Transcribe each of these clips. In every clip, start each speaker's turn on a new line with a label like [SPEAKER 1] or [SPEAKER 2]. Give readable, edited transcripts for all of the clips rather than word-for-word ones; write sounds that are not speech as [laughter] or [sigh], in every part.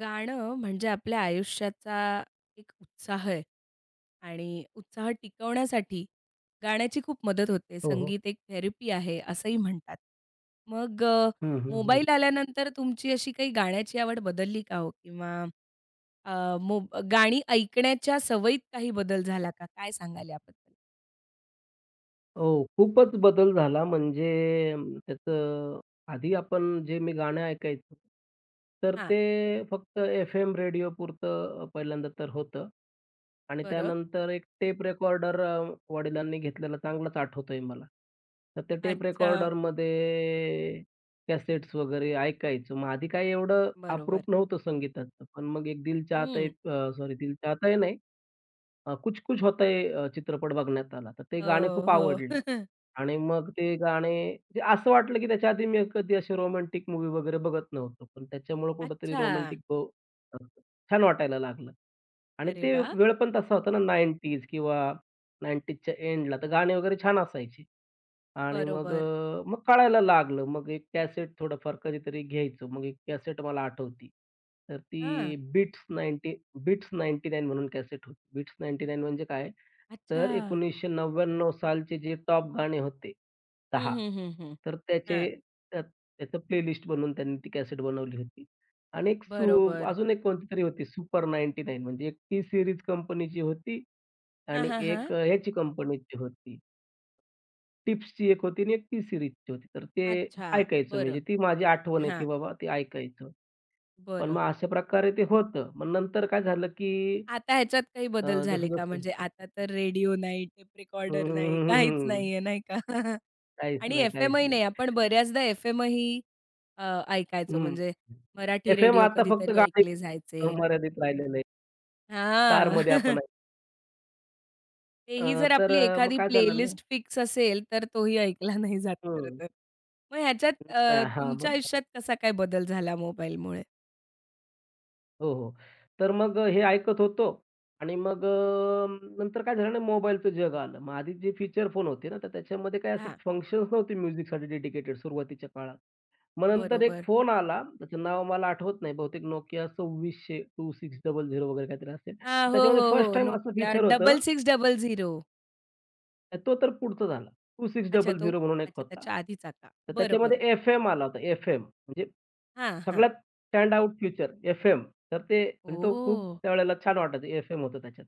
[SPEAKER 1] गाणं म्हणजे आपल्या आयुष्याचा एक उत्साह आहे आणि उत्साह टिकवण्यासाठी गाण्याची खूप मदत होते.
[SPEAKER 2] हो, हो.
[SPEAKER 1] संगीत एक थेरपी आहे असंही म्हणतात. मग
[SPEAKER 2] हं, हं, हं.
[SPEAKER 1] मोबाईल आल्यानंतर तुमची अशी काही गाण्याची आवड बदलली का हो? किंवा अ, मोब गाणी ऐकण्याच्या सवयीत काही बदल झाला का? काय सांगाल याबद्दल?
[SPEAKER 2] हो, खूपच बदल झाला म्हणजे त्याचं आधी आपण जे मी गाणं ऐकायचो, तर
[SPEAKER 1] हां.
[SPEAKER 2] ते फक्त एफ-एम रेडिओपुरतं पहिल्यांदा तर होतं आणि
[SPEAKER 1] बरं.
[SPEAKER 2] त्यानंतर एक टेप रेकॉर्डर वडिलांनी घेतलेला चांगलाच आठवतोय मला. तर त्या टेप
[SPEAKER 1] अच्छा.
[SPEAKER 2] रेकॉर्डरमध्ये कॅसेट्स वगैरे ऐकायचो. मग आधी काही एवढं
[SPEAKER 1] बरोबर.
[SPEAKER 2] अप्रूप नव्हतं संगीताचं, पण मग एक दिल चाहता है,
[SPEAKER 1] हं.
[SPEAKER 2] सॉरी, दिल चाहता है नाही, कुछ कुछ होता है चित्रपट बघण्यात आला. तर ते गाणे
[SPEAKER 1] हो,
[SPEAKER 2] खूप
[SPEAKER 1] हो.
[SPEAKER 2] आवडले
[SPEAKER 1] [laughs]
[SPEAKER 2] आणि मग ते गाणे म्हणजे असं वाटलं, की त्याच्या आधी मी कधी असे रोमॅन्टिक मूव्ही वगैरे बघत नव्हतो. पण त्याच्यामुळं कुठेतरी
[SPEAKER 1] अच्छा.
[SPEAKER 2] रोमॅन्टिक छान वाटायला लागलं आणि
[SPEAKER 1] अरे
[SPEAKER 2] ते
[SPEAKER 1] वाह!
[SPEAKER 2] वेळ पण तसा होता ना 90s किंवा 90sच्या एंडला तर गाणे वगैरे छान असायचे. आणि मग
[SPEAKER 1] बरोबर.
[SPEAKER 2] अ, मग कळायला लागलं. मग एक कॅसेट थोडंफार कधीतरी घ्यायचो. मग एक कॅसेट मला आठवती. तर ती
[SPEAKER 1] हां.
[SPEAKER 2] बिट्स 99 म्हणून कॅसेट होती. बिट्स 99 म्हणजे काय?
[SPEAKER 1] अच्छा.
[SPEAKER 2] तर 1999 सालचे जे टॉप गाणे होते
[SPEAKER 1] हं,
[SPEAKER 2] 10.
[SPEAKER 1] हं, हं, हं.
[SPEAKER 2] तर
[SPEAKER 1] हां.
[SPEAKER 2] त्यात त्याचं प्लेलिस्ट बनवून त्यांनी ती कॅसेट बनवली होती. आणि एक सु
[SPEAKER 1] बरोबर.
[SPEAKER 2] अजून एक कोणती तरी होती सुपर 99 म्हणजे एक टी सीरीज कंपनीची होती
[SPEAKER 1] हां,
[SPEAKER 2] आणि
[SPEAKER 1] हां, हां.
[SPEAKER 2] एक ह्याची कंपनीची होती. टिप्सची एक होती आणि एक टी सीरीजची होती. तर ते
[SPEAKER 1] अच्छा,
[SPEAKER 2] ऐकायचो
[SPEAKER 1] बरं.
[SPEAKER 2] म्हणजे ती माझी आठवण आहे, की
[SPEAKER 1] हां.
[SPEAKER 2] बाबा ते ऐकायचं. पण
[SPEAKER 1] बरं.
[SPEAKER 2] मग अशा प्रकारे ते होतं. मग नंतर काय झालं, की
[SPEAKER 1] आता ह्याच्यात काही बदल झाले का?
[SPEAKER 2] जसं-जसं.
[SPEAKER 1] म्हणजे आता तर रेडिओ नाही, टेप
[SPEAKER 2] हं,
[SPEAKER 1] रेकॉर्डर
[SPEAKER 2] हं,
[SPEAKER 1] नाही, काहीच
[SPEAKER 2] हं, हं.
[SPEAKER 1] नाहीये नाही का? [laughs]
[SPEAKER 2] काहीच
[SPEAKER 1] आणि
[SPEAKER 2] नाही, काहीच
[SPEAKER 1] एफ-एमही
[SPEAKER 2] नाही.
[SPEAKER 1] नाही. आपण बऱ्याचदा एफ-एमही अ, ऐकायचो
[SPEAKER 2] हं.
[SPEAKER 1] म्हणजे मराठी
[SPEAKER 2] एफ-एम
[SPEAKER 1] रेडिओ
[SPEAKER 2] आता फक्त
[SPEAKER 1] कधीतरी
[SPEAKER 2] गाडी
[SPEAKER 1] ऐकले जायचे.
[SPEAKER 2] मर्यादित राहिलेलं आहे.
[SPEAKER 1] हां.
[SPEAKER 2] कारमध्ये आपण
[SPEAKER 1] [laughs] तेही जर
[SPEAKER 2] तर
[SPEAKER 1] आपली
[SPEAKER 2] मग
[SPEAKER 1] एखादी
[SPEAKER 2] काय झालं ना.
[SPEAKER 1] प्लेलिस्ट फिक्स असेल, तर तोही ऐकला नाही जात खरं
[SPEAKER 2] हं.
[SPEAKER 1] तर. मग ह्याच्यात तुमच्या
[SPEAKER 2] हां,
[SPEAKER 1] आयुष्यात कसा काय बदल झाला मोबाईलमुळे?
[SPEAKER 2] हो, हो. तर मग हे ऐकत होतो आणि नंतर काय झालं ना मोबाईलचं जग आलं. मग आधी जे फीचर फोन होते ना, तर त्याच्यामध्ये काय असे
[SPEAKER 1] हां,
[SPEAKER 2] फंक्शन्स नव्हते म्युझिकसाठी डेडिकेटेड सुरुवातीच्या काळात. मग नंतर एक
[SPEAKER 1] बरोबर.
[SPEAKER 2] फोन आला, त्याचं नाव मला आठवत नाही. बहुतेक Nokia 2600 वगैरे काहीतरी असेल.
[SPEAKER 1] हां, हो,
[SPEAKER 2] त्याच्यामध्ये
[SPEAKER 1] हो, हो.
[SPEAKER 2] फर्स्ट टाईम असं
[SPEAKER 1] Nokia
[SPEAKER 2] फीचर होतं.
[SPEAKER 1] 6600.
[SPEAKER 2] तो तर पुढचा झाला.
[SPEAKER 1] अच्छा तो
[SPEAKER 2] 2600 म्हणून एक
[SPEAKER 1] अच्छा
[SPEAKER 2] होता.
[SPEAKER 1] त्याच्या आधीचा का?
[SPEAKER 2] तर
[SPEAKER 1] बरं, बरं.
[SPEAKER 2] त्याच्यामध्ये एफ-एम आला होता, एफ-एम म्हणजे
[SPEAKER 1] हां, हां.
[SPEAKER 2] सगळ्यात स्टँड आउट फीचर एफ-एम. तर ते म्हणजे तो खूप
[SPEAKER 1] ओह!
[SPEAKER 2] त्यावेळेला छान वाटायचं एफ-एम होतं त्याच्यात.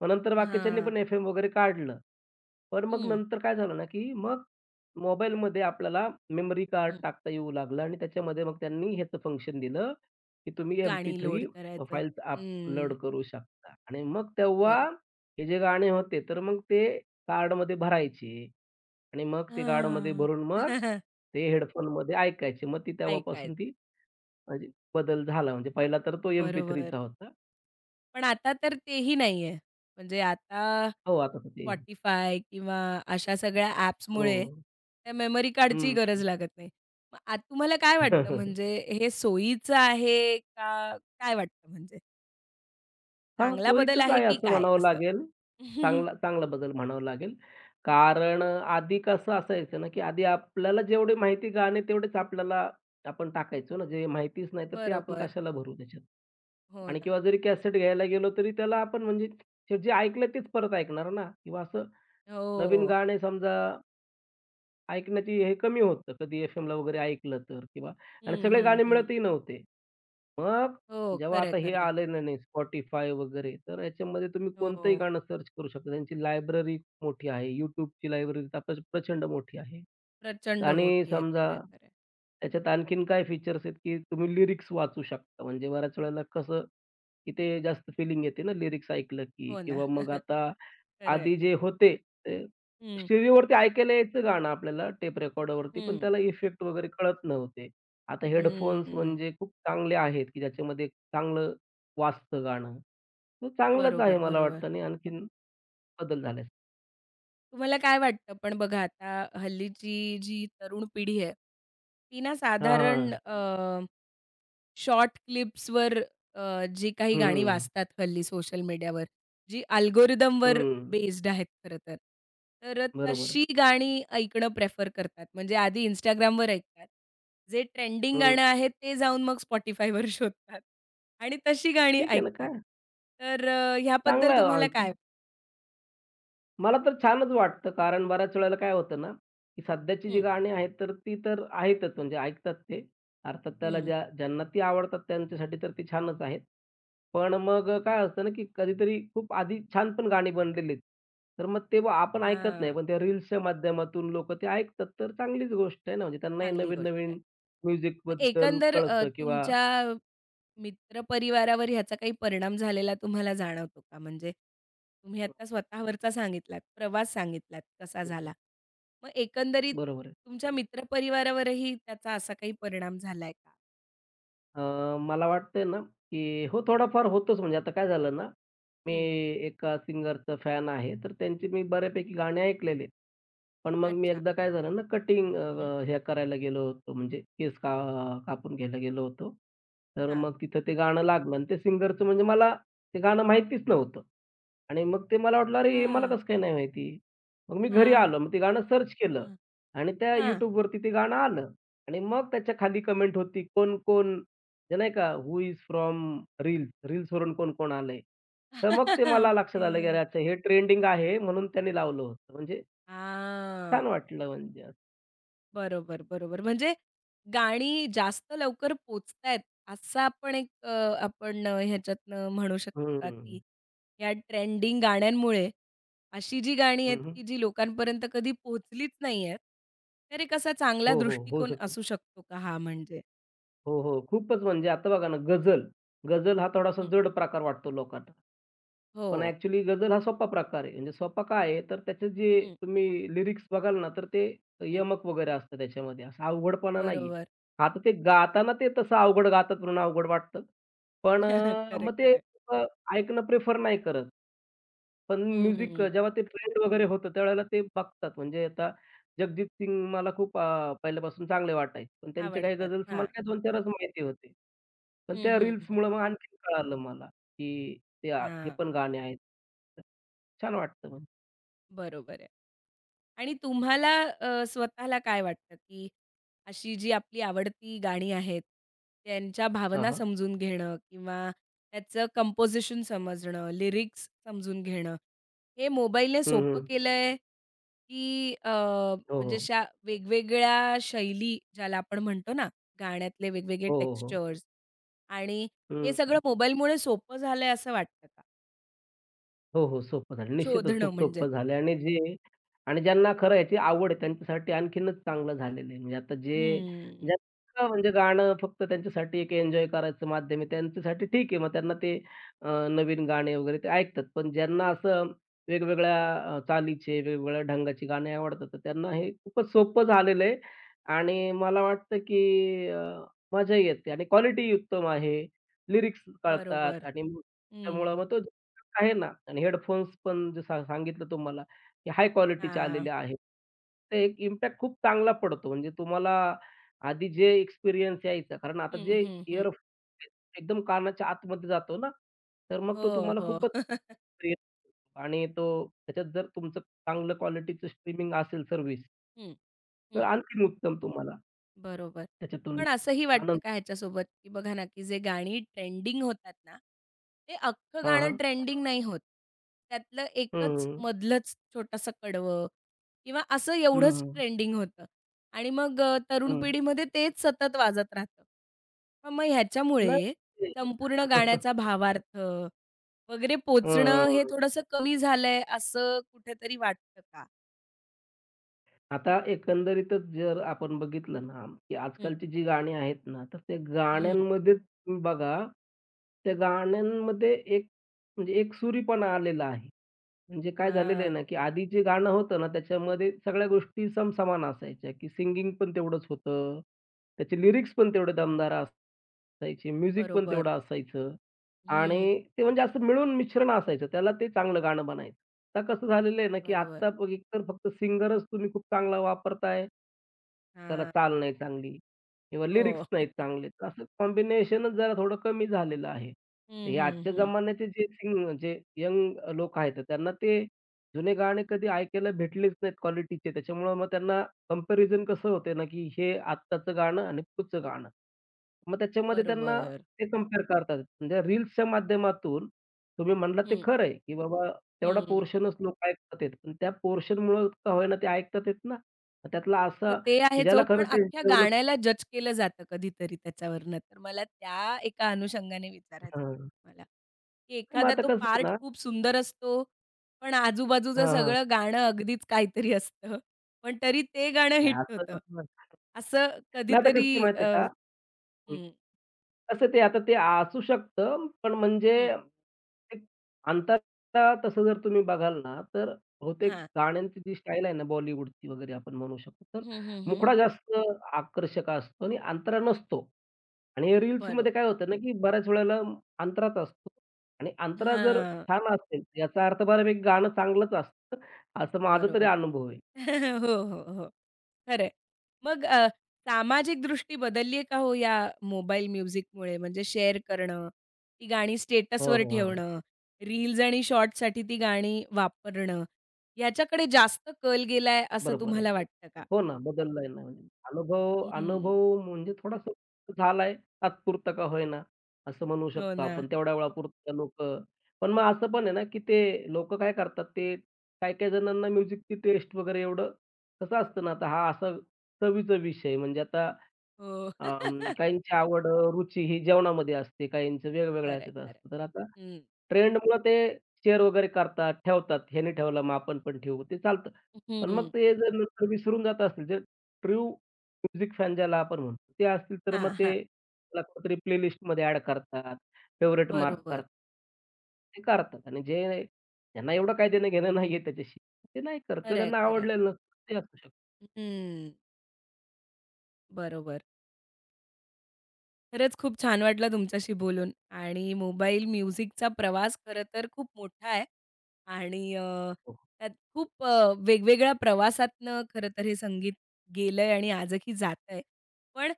[SPEAKER 2] मग नंतर बाकीच्यांनी
[SPEAKER 1] हां.
[SPEAKER 2] पण एफ-एम वगैरे काढलं. पण मग
[SPEAKER 1] हं,
[SPEAKER 2] नंतर काय झालं ना, की मग मोबाईलमध्ये आपल्याला मेमरी कार्ड
[SPEAKER 1] हं.
[SPEAKER 2] टाकता येऊ लागलं आणि त्याच्यामध्ये मग त्यांनी ह्याचं फंक्शन दिलं, की तुम्ही
[SPEAKER 1] गाणी लोड
[SPEAKER 2] MP3
[SPEAKER 1] करायचं.
[SPEAKER 2] फाईल्स
[SPEAKER 1] हं,
[SPEAKER 2] अपलोड करू शकता आणि मग तेव्हा
[SPEAKER 1] बरोबर.
[SPEAKER 2] हे जे गाणे होते, तर मग ते कार्डमध्ये भरायचे आणि मग ते कार्डमध्ये
[SPEAKER 1] हां.
[SPEAKER 2] भरून मग
[SPEAKER 1] [laughs]
[SPEAKER 2] ते हेडफोनमध्ये ऐकायचे. मग ती तेव्हापासून ती
[SPEAKER 1] ऐकायचंय.
[SPEAKER 2] म्हणजे बदल झाला. म्हणजे पहिला तर तो
[SPEAKER 1] बरोबर.
[SPEAKER 2] MP3चा होता.
[SPEAKER 1] पण आता तर तेही नाहीये. म्हणजे आता
[SPEAKER 2] हो, आता तर ते.
[SPEAKER 1] Spotify किंवा अशा सगळ्या
[SPEAKER 2] हो.
[SPEAKER 1] ॲप्समुळे त्या मेमरी कार्डचीही
[SPEAKER 2] हं.
[SPEAKER 1] गरज लागत नाही. मग तुम्हाला काय वाटतं
[SPEAKER 2] [laughs]
[SPEAKER 1] म्हणजे हे सोयीचं आहे का काय वाटतं म्हणजे?
[SPEAKER 2] हां,
[SPEAKER 1] चांगला बदल
[SPEAKER 2] सोयीचंच
[SPEAKER 1] आहे
[SPEAKER 2] आहे
[SPEAKER 1] की
[SPEAKER 2] असं
[SPEAKER 1] काय
[SPEAKER 2] म्हणावं
[SPEAKER 1] असं?
[SPEAKER 2] लागेल.
[SPEAKER 1] [laughs]
[SPEAKER 2] चांगला चांगला बदल म्हणावा लागेल. कारण आधी कसं असायचं ना, की आधी आपल्याला जेवढी माहिती गाणे तेवढेच आपल्याला आपण टाकायचो ना. जे माहितीच नाही तर ते आपण
[SPEAKER 1] बरोबर.
[SPEAKER 2] कशाला भरू त्याच्यात.
[SPEAKER 1] हो
[SPEAKER 2] आणि
[SPEAKER 1] ना.
[SPEAKER 2] किंवा जरी कॅसेट घ्यायला गेलो तरी त्याला आपण म्हणजे ते जे ऐकलं तेच परत ऐकणार ना किंवा असं नवीन
[SPEAKER 1] हो.
[SPEAKER 2] गाणे समजा ऐकण्याची हे कमी होतं. कधी एफ-एमला वगैरे ऐकलं तर किंवा आणि
[SPEAKER 1] हं,
[SPEAKER 2] सगळे
[SPEAKER 1] हं,
[SPEAKER 2] गाणे
[SPEAKER 1] हं.
[SPEAKER 2] मिळतही नव्हते. मग
[SPEAKER 1] हो.
[SPEAKER 2] जेव्हा
[SPEAKER 1] खरं
[SPEAKER 2] आता हे
[SPEAKER 1] आहे,
[SPEAKER 2] आलंय ना, नाही Spotify वगैरे, तर याच्यामध्ये तुम्ही कोणतंही
[SPEAKER 1] हो.
[SPEAKER 2] गाणं सर्च करू शकता. त्यांची लायब्ररी मोठी आहे. YouTubeची लायब्ररी तर प्रचंड मोठी आहे.
[SPEAKER 1] प्रचंड
[SPEAKER 2] आणि
[SPEAKER 1] मोठी आहे.
[SPEAKER 2] समजा
[SPEAKER 1] खरं आहे, खरं आहे.
[SPEAKER 2] त्याच्यात आणखीन काय फीचर्स आहेत, की तुम्ही लिरिक्स वाचू शकता. म्हणजे बऱ्याच वेळेला कसं, की ते जास्त फिलिंग येते ना लिरिक्स ऐकलं की
[SPEAKER 1] हो ना.
[SPEAKER 2] किंवा मग
[SPEAKER 1] [laughs]
[SPEAKER 2] आता
[SPEAKER 1] खरं आहे.
[SPEAKER 2] आधी जे होते ते
[SPEAKER 1] हं,
[SPEAKER 2] स्टिरिओवरती ऐकायला यायचं गाणं आपल्याला टेप रेकॉर्डरवरती, पण
[SPEAKER 1] हं.
[SPEAKER 2] त्याला इफेक्ट वगैरे कळत नव्हते. आता हेडफोन्स म्हणजे खूप चांगले आहेत, की ज्याच्यामध्ये चांगलं वाजतं गाणं. तो चांगलाच
[SPEAKER 1] बरोबर,
[SPEAKER 2] आहे मला
[SPEAKER 1] बरोबर.
[SPEAKER 2] वाटतं आणि आणखीन बदल झाले असतील.
[SPEAKER 1] तुम्हाला काय वाटतं पण बघा आता हल्लीची जी तरुण पिढी आहे, ती ना
[SPEAKER 2] हां, हां.
[SPEAKER 1] साधारण शॉर्ट क्लिप्सवर जी काही गाणी
[SPEAKER 2] हं,
[SPEAKER 1] वाजतात हल्ली सोशल मीडियावर, जी अल्गोरिदमवर
[SPEAKER 2] हं.
[SPEAKER 1] बेस्ड आहेत खरं तर. तर
[SPEAKER 2] बरोबर.
[SPEAKER 1] तशी गाणी ऐकणं प्रेफर करतात. म्हणजे आधी Instagramवर ऐकतात. जे ट्रेंडिंग
[SPEAKER 2] हं.
[SPEAKER 1] गाणं आहे ते जाऊन मग Spotifyवर [laughs] शोधतात आणि तशी गाणी
[SPEAKER 2] ठीक आहे ना,
[SPEAKER 1] ऐकतात.
[SPEAKER 2] काय
[SPEAKER 1] तर
[SPEAKER 2] चांगलं
[SPEAKER 1] ह्याबद्दल
[SPEAKER 2] आहे
[SPEAKER 1] तुम्हाला
[SPEAKER 2] आणखीन.
[SPEAKER 1] काय
[SPEAKER 2] मला तर छानच वाटतं, कारण बऱ्याच वेळेला काय होतं ना, की सध्याची जी
[SPEAKER 1] हं,
[SPEAKER 2] गाणी आहेत, तर ती तर आहेतच म्हणजे ऐकतात ते. अर्थात त्याला
[SPEAKER 1] हं.
[SPEAKER 2] ज्या ज्यांना ती आवडतात त्यांच्यासाठी तर ती छानच आहेत. पण काय असतं ना, की कधीतरी खूप आधी छान पण गाणी बनलेलीत. तर मग तेव्हा आपण ऐकत नाही,
[SPEAKER 1] हां,
[SPEAKER 2] पण त्या रील्सच्या माध्यमातून लोकं ते ऐकतात. तर चांगलीच गोष्ट आहे ना, म्हणजे त्यांनाही
[SPEAKER 1] चांगली गोष्ट आहे.
[SPEAKER 2] नवीन-नवीन म्युझिकबद्दल
[SPEAKER 1] एकंदर
[SPEAKER 2] कळतं किंवा
[SPEAKER 1] तुमच्या मित्रपरिवारावर ह्याचा काही परिणाम झालेला तुम्हाला जाणवतो का? म्हणजे तुम्ही आता स्वतःवरचा सांगितलात, प्रवास सांगितलात कसा झाला.
[SPEAKER 2] हं,
[SPEAKER 1] मग एकंदरीत
[SPEAKER 2] बरोबर आहे.
[SPEAKER 1] तुमच्या मित्रपरिवारावरही त्याचा असा काही परिणाम झालाय का?
[SPEAKER 2] मला वाटतंय ना, की हो, थोडाफार होतोच. म्हणजे आता काय झालं ना, मी
[SPEAKER 1] हं.
[SPEAKER 2] एका सिंगरचा फॅन आहे, तर त्यांची मी बऱ्यापैकी गाणी ऐकलेली आहेत. पण मग मी
[SPEAKER 1] अच्छा.
[SPEAKER 2] एकदा काय झालं ना कटिंग
[SPEAKER 1] हं.
[SPEAKER 2] हे करायला गेलो होतो म्हणजे केस का कापून घ्यायला गेलो होतो. तर
[SPEAKER 1] हां.
[SPEAKER 2] मग तिथं ते गाणं लागलं आणि ते सिंगरचं म्हणजे मला ते गाणं माहितीच नव्हतं आणि मग ते मला वाटलं, "अरे, हे मला
[SPEAKER 1] अच्छा.
[SPEAKER 2] कसं काय नाही माहिती?" मग मी घरी
[SPEAKER 1] हां,
[SPEAKER 2] आलो. मग ते गाणं सर्च केलं
[SPEAKER 1] हां,
[SPEAKER 2] आणि त्या
[SPEAKER 1] हां.
[SPEAKER 2] YouTubeवरती ते गाणं आलं आणि मग त्याच्या खाली कमेंट होती, कोण-कोण म्हणजे नाही का, हू इज फ्रॉम रील्स, रील्सवरून कोण-कोण आलंय. तर मग ते
[SPEAKER 1] [laughs]
[SPEAKER 2] मला लक्षात आलं, की "अरे,
[SPEAKER 1] ओके.
[SPEAKER 2] अच्छा हे ट्रेंडिंग आहे म्हणून त्याने लावलं होतं." म्हणजे
[SPEAKER 1] हां.
[SPEAKER 2] छान वाटलं म्हणजे.
[SPEAKER 1] बरोबर, बरोबर. म्हणजे गाणी जास्त लवकर पोहोचतायत, असा आपण एक आपण ह्याच्यातनं म्हणू शकतो का, की
[SPEAKER 2] हं.
[SPEAKER 1] या ट्रेंडिंग गाण्यांमुळे अशी जी गाणी आहेत,
[SPEAKER 2] हं,
[SPEAKER 1] की
[SPEAKER 2] हं.
[SPEAKER 1] जी लोकांपर्यंत कधी पोहोचलीच नाही आहेत, तर एक असा चांगला
[SPEAKER 2] हो, हो. होऊ
[SPEAKER 1] दृष्टिकोन
[SPEAKER 2] शकतं.
[SPEAKER 1] असू शकतो का हा म्हणजे?
[SPEAKER 2] हो, हो. खूपच म्हणजे आता बघा ना गझल. गझल हा थोडासा
[SPEAKER 1] हं.
[SPEAKER 2] जड प्रकार वाटतो लोकांना.
[SPEAKER 1] हो.
[SPEAKER 2] पण ॲक्चुअली गझल हा सोपा प्रकार आहे. म्हणजे सोपा काय आहे तर त्याचे जे
[SPEAKER 1] हं,
[SPEAKER 2] तुम्ही लिरिक्स बघाल ना तर ते
[SPEAKER 1] हं.
[SPEAKER 2] यमक वगैरे असतं त्याच्यामध्ये. असा अवघडपणा नाहीये.
[SPEAKER 1] बरोबर.
[SPEAKER 2] आता ते गाताना ते तसं अवघड गातात म्हणून अवघड वाटतं. पण
[SPEAKER 1] [laughs] खरं,
[SPEAKER 2] मग ते
[SPEAKER 1] खरं.
[SPEAKER 2] अ, ऐकणं प्रिफर नाही करत. पण म्युझिक
[SPEAKER 1] हं.
[SPEAKER 2] जेव्हा ते ट्रेंड वगैरे होतं, त्यावेळेला ते बघतात. म्हणजे आता जगजीत सिंग मला खूप पहिल्यापासून चांगले वाटायचे. पण त्यांचे काही
[SPEAKER 1] आवडतात.
[SPEAKER 2] गझल्स मला
[SPEAKER 1] हां.
[SPEAKER 2] काय 2-4च माहिती होते. पण
[SPEAKER 1] हं,
[SPEAKER 2] त्या
[SPEAKER 1] हं, हं.
[SPEAKER 2] रील्समुळं मग आणखीन कळालं मला, की ते हे
[SPEAKER 1] हां.
[SPEAKER 2] पण गाणे आहेत. छान वाटतं मग.
[SPEAKER 1] बरोबर आहे. आणि तुम्हाला स्वतःला काय वाटतं, की अशी जी आपली आवडती गाणी आहेत, त्यांच्या
[SPEAKER 2] हां,
[SPEAKER 1] भावना
[SPEAKER 2] हां.
[SPEAKER 1] समजून घेणं किंवा त्याचं कंपोझिशन समजणं, लिरिक्स समजून घेणं, हे मोबाईलने
[SPEAKER 2] हं,
[SPEAKER 1] सोपं
[SPEAKER 2] हं.
[SPEAKER 1] केलंय, की
[SPEAKER 2] हो,
[SPEAKER 1] म्हणजे
[SPEAKER 2] हो.
[SPEAKER 1] अशा वेगवेगळ्या शैली ज्याला आपण म्हणतो ना, गाण्यातले वेगवेगळे
[SPEAKER 2] हो, हो, हो.
[SPEAKER 1] टेक्स्चर्स आणि हे
[SPEAKER 2] हं.
[SPEAKER 1] सगळं मोबाईलमुळे सोपं झालंय असं वाटतं का?
[SPEAKER 2] हो, हो. सोपं झालं. निश्चितच
[SPEAKER 1] शोधणं
[SPEAKER 2] खूप
[SPEAKER 1] म्हणजे?
[SPEAKER 2] सोपं झालं आणि जे आणि ज्यांना खरं याची आवड आहे त्यांच्यासाठी आणखीनच चांगलं झालेलं आहे. म्हणजे आता जे
[SPEAKER 1] हं,
[SPEAKER 2] ज्यांना [unintelligible] म्हणजे गाणं फक्त त्यांच्यासाठी एक एन्जॉय करायचं माध्यम आहे, त्यांच्यासाठी ठीक आहे. मग त्यांना ते नवीन गाणे वगैरे ते ऐकतात. पण ज्यांना असं वेगवेगळ्या चालीचे, वेगवेगळ्या ढंगाची गाणी आवडतात, तर त्यांना हे खूपच सोपं झालेलं आहे आणि मला वाटतं की अ, मजाही येते आणि क्वालिटी उत्तम आहे. लिरिक्स कळतात
[SPEAKER 1] बरोबर.
[SPEAKER 2] आणि मग
[SPEAKER 1] हं,
[SPEAKER 2] त्यामुळं मग तो आहे ना आणि हेडफोन्स पण जे सांगितलं तुम्हाला, की हाय क्वालिटीचे
[SPEAKER 1] हां.
[SPEAKER 2] आलेले आहेत. ते एक इम्पॅक्ट खूप चांगला पडतो. म्हणजे तुम्हाला आधी जे एक्सपिरियन्स यायचा कारण आता
[SPEAKER 1] हं,
[SPEAKER 2] जे
[SPEAKER 1] हं, हं.
[SPEAKER 2] इअरफोन एकदम कानाच्या आतमध्ये जातो ना, तर मग तो
[SPEAKER 1] हो,
[SPEAKER 2] तुम्हाला
[SPEAKER 1] हो.
[SPEAKER 2] खूपच [laughs]
[SPEAKER 1] [laughs]
[SPEAKER 2] प्रिय. आणि तो त्याच्यात जर तुमचं चांगलं क्वालिटीचं स्ट्रीमिंग असेल सर्व्हिस,
[SPEAKER 1] हं,
[SPEAKER 2] तर
[SPEAKER 1] हं.
[SPEAKER 2] आणखीन उत्तम तुम्हाला
[SPEAKER 1] बरोबर.
[SPEAKER 2] त्याच्यातून
[SPEAKER 1] पण असंही वाटतं
[SPEAKER 2] आनंद.
[SPEAKER 1] का ह्याच्यासोबत, की बघा ना, की जे गाणी ट्रेंडिंग होतात ना, ते अख्खं
[SPEAKER 2] हां,
[SPEAKER 1] गाणं
[SPEAKER 2] हां.
[SPEAKER 1] ट्रेंडिंग नाही होत. त्यातलं
[SPEAKER 2] हं,
[SPEAKER 1] एकच
[SPEAKER 2] हं.
[SPEAKER 1] मधलंच छोटंसं कडवं किंवा असं
[SPEAKER 2] हं,
[SPEAKER 1] एवढंच
[SPEAKER 2] हं.
[SPEAKER 1] ट्रेंडिंग होतं आणि मग तरुण पिढीमध्ये तेच सतत वाजत राहतं. पण मग ह्याच्यामुळे
[SPEAKER 2] नाही.
[SPEAKER 1] संपूर्ण
[SPEAKER 2] [laughs]
[SPEAKER 1] गाण्याचा भावार्थ वगैरे पोचणं हे
[SPEAKER 2] हं.
[SPEAKER 1] थोडंसं कमी झालंय असं कुठेतरी वाटतं का?
[SPEAKER 2] आता एकंदरीतच जर आपण बघितलं ना, की आजकालची जी गाणी आहेत ना, तर त्या
[SPEAKER 1] हं.
[SPEAKER 2] गाण्यांमध्येच तुम्ही बघा, त्या गाण्यांमध्ये एक म्हणजे एकसुरीपणा आलेला आहे. म्हणजे काय झालेलं आहे
[SPEAKER 1] हां,
[SPEAKER 2] ना, की आधी जे गाणं होतं ना, त्याच्यामध्ये सगळ्या गोष्टी समसमान असायच्या, की सिंगिंग पण तेवढंच होतं. त्याचे लिरिक्स पण तेवढे दमदार असायचे, म्युझिक पण
[SPEAKER 1] बरोबर.
[SPEAKER 2] तेवढं असायचं
[SPEAKER 1] हं.
[SPEAKER 2] आणि ते म्हणजे असं मिळून मिश्रण असायचं. त्याला ते चांगलं गाणं बनायचं. आता कसं झालेलं आहे ना, की
[SPEAKER 1] बरोबर.
[SPEAKER 2] आत्ता एकतर फक्त सिंगरच तुम्ही खूप चांगला वापरताय. त्याला
[SPEAKER 1] हां,
[SPEAKER 2] चाल नाही चांगली किंवा लिरिक्स
[SPEAKER 1] हो.
[SPEAKER 2] नाहीत
[SPEAKER 1] [laughs]
[SPEAKER 2] चांगले. तर असं कॉम्बिनेशनच जरा थोडं कमी झालेलं आहे.
[SPEAKER 1] हं,
[SPEAKER 2] हे
[SPEAKER 1] हं,
[SPEAKER 2] आजच्या
[SPEAKER 1] हं.
[SPEAKER 2] जमान्याचे जे यंग लोक आहेत, तर त्यांना ते जुने गाणे कधी ऐकायला भेटलेच नाहीत क्वालिटीचे. त्याच्यामुळं मग त्यांना कंपॅरिझन कसं होते ना, की हे आत्ताचं गाणं आणि पुढचं गाणं. मग त्याच्यामध्ये त्यांना
[SPEAKER 1] बरोबर.
[SPEAKER 2] ते कंपेअर करतात. म्हणजे रील्सच्या माध्यमातून तुम्ही म्हणलात ते
[SPEAKER 1] हं,
[SPEAKER 2] खरं आहे, की बाबा तेवढा
[SPEAKER 1] हं.
[SPEAKER 2] पोर्शनच लोकं ऐकतात आहेत. पण त्या पोर्शनमुळं का होईना ते ऐकतात आहेत ना. मग त्यातला
[SPEAKER 1] मग
[SPEAKER 2] असा
[SPEAKER 1] ते
[SPEAKER 2] की
[SPEAKER 1] आहेच हो,
[SPEAKER 2] ज्याला
[SPEAKER 1] पण
[SPEAKER 2] खरं टेस्ट
[SPEAKER 1] अख्ख्या
[SPEAKER 2] डेव्हलप.
[SPEAKER 1] गाण्याला जज केलं जातं कधीतरी त्याच्यावरनं. तर मला त्या एका अनुषंगाने विचारायचं होतं
[SPEAKER 2] हां.
[SPEAKER 1] तुम्हाला, की
[SPEAKER 2] मग
[SPEAKER 1] एखादा
[SPEAKER 2] आता
[SPEAKER 1] तो
[SPEAKER 2] कसं आहे
[SPEAKER 1] पार्ट
[SPEAKER 2] ना.
[SPEAKER 1] खूप सुंदर असतो, पण आजूबाजूचं
[SPEAKER 2] हां, हां.
[SPEAKER 1] सगळं गाणं अगदीच काहीतरी असतं. पण तरी ते गाणं
[SPEAKER 2] नाही
[SPEAKER 1] हिट
[SPEAKER 2] असं
[SPEAKER 1] होतं. असं
[SPEAKER 2] नाही आता कसं
[SPEAKER 1] कधीतरी
[SPEAKER 2] आहे
[SPEAKER 1] अ
[SPEAKER 2] माहिती आहे का? हं.
[SPEAKER 1] हं,
[SPEAKER 2] कसं ते आता ते असू शकतं, पण म्हणजे
[SPEAKER 1] हं.
[SPEAKER 2] ते अंततः तसं जर तुम्ही बघाल ना, तर बहुतेक
[SPEAKER 1] हां.
[SPEAKER 2] गाण्यांची जी स्टाईल आहे ना, बॉलिवूडची वगैरे आपण म्हणू शकतो, तर
[SPEAKER 1] हं, हं, हं.
[SPEAKER 2] मुखडा जास्त आकर्षक असतो आणि अंतरा नसतो. आणि
[SPEAKER 1] बरोबर.
[SPEAKER 2] रील्समध्ये काय होतं ना, की बऱ्याच वेळेला अंतराच असतो आणि अंतरा जर
[SPEAKER 1] हां,
[SPEAKER 2] छान असेल, याचा अर्थ बऱ्यापैकी गाणं चांगलंच असतं, असं माझा तरी
[SPEAKER 1] बरोबर.
[SPEAKER 2] अनुभव आहे.
[SPEAKER 1] [laughs] हो, हो, हो. खरं मग सामाजिक दृष्टी बदलली आहे का हो या मोबाईल म्युझिकमुळे? म्हणजे शेअर करणं, ती गाणी
[SPEAKER 2] हो,
[SPEAKER 1] स्टेटसवर
[SPEAKER 2] हो, हां.
[SPEAKER 1] ठेवणं, रील्स आणि शॉर्ट्ससाठी ती गाणी वापरणं, याच्याकडे जास्त कल गेलाय असं
[SPEAKER 2] बरोबर आहे.
[SPEAKER 1] तुम्हाला वाटतं का?
[SPEAKER 2] हो ना, बदललाय ना. म्हणजे अनुभव
[SPEAKER 1] हं.
[SPEAKER 2] अनुभव म्हणजे थोडासा झालाय, तात्पुरता का होईना, असं म्हणू
[SPEAKER 1] हो
[SPEAKER 2] शकतो
[SPEAKER 1] ना.
[SPEAKER 2] आपण. तेवढ्या वेळापुरतं लोकं, पण मग असं पण आहे ना, की ते लोक काय करतात, ते काही-काही जणांना म्युझिकची टेस्ट वगैरे एवढं कसं असतं ना, आता हा असा चवीचा विषय म्हणजे आता
[SPEAKER 1] हो. [laughs]
[SPEAKER 2] काहींची आवड, रुची ही जेवणामध्ये असते, काहींचं
[SPEAKER 1] खरं
[SPEAKER 2] वेगवेगळ्या
[SPEAKER 1] आहे,
[SPEAKER 2] ह्याच्यात
[SPEAKER 1] खरं
[SPEAKER 2] असतं. तर आता
[SPEAKER 1] आहे. हं.
[SPEAKER 2] ट्रेंडमुळं ते शेअर वगैरे करतात, ठेवतात. ह्याने ठेवला मग आपण पण ठेवू, ते चालतं. पण मग
[SPEAKER 1] हं.
[SPEAKER 2] ते जर नंतर विसरून जात असतील, तर ट्रू म्युझिक फॅन ज्याला आपण म्हणतो, ते असतील तर मग
[SPEAKER 1] हां,
[SPEAKER 2] ते
[SPEAKER 1] हां.
[SPEAKER 2] त्याला कुठेतरी प्लेलिस्टमध्ये ॲड करतात, फेव्हरेट मार्क
[SPEAKER 1] बरोबर.
[SPEAKER 2] करतात. ते करतात आणि जे ज्यांना एवढं काही देणं-घेणं नाहीये त्याच्याशी, ते नाही करत किंवा
[SPEAKER 1] खरं आहे,
[SPEAKER 2] त्यांना
[SPEAKER 1] खरं
[SPEAKER 2] आवडलेलं नसतं, ते असू शकतं.
[SPEAKER 1] बरोबर. खरंच खूप छान वाटलं तुमच्याशी बोलून आणि मोबाईल म्युझिकचा प्रवास खरं तर खूप मोठा आहे आणि
[SPEAKER 2] हो,
[SPEAKER 1] त्यात खूप वेगवेगळ्या प्रवासातनं खरं तर हे संगीत गेलंय आणि आजही जातंय. पण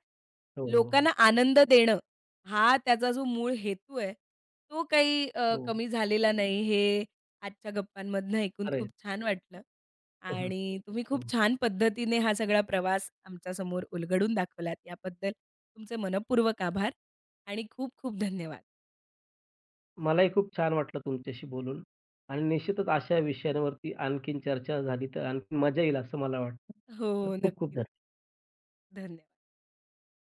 [SPEAKER 2] हो, हो,
[SPEAKER 1] लोकांना आनंद देणं, हा त्याचा जो मूळ हेतू आहे, तो काही
[SPEAKER 2] हो.
[SPEAKER 1] कमी झालेला नाही हे आजच्या गप्पांमधनं ऐकून खूप छान वाटलं.
[SPEAKER 2] हो, हो.
[SPEAKER 1] आणि तुम्ही खूप
[SPEAKER 2] हो.
[SPEAKER 1] छान पद्धतीने हा सगळा प्रवास आमच्यासमोर उलगडून दाखवलात. याबद्दल तुमचे मनःपूर्वक आभार आणि खूप खूप धन्यवाद.
[SPEAKER 2] मलाही खूप छान वाटलं तुमच्याशी बोलून आणि निश्चितच अशा विषयांवरती आणखीन चर्चा झाली तर आणखीन मजा येईल असं मला वाटतं.
[SPEAKER 1] हो,
[SPEAKER 2] तर खूप खूप
[SPEAKER 1] नक्कीच.
[SPEAKER 2] धन्यवाद.
[SPEAKER 1] धन्यवाद.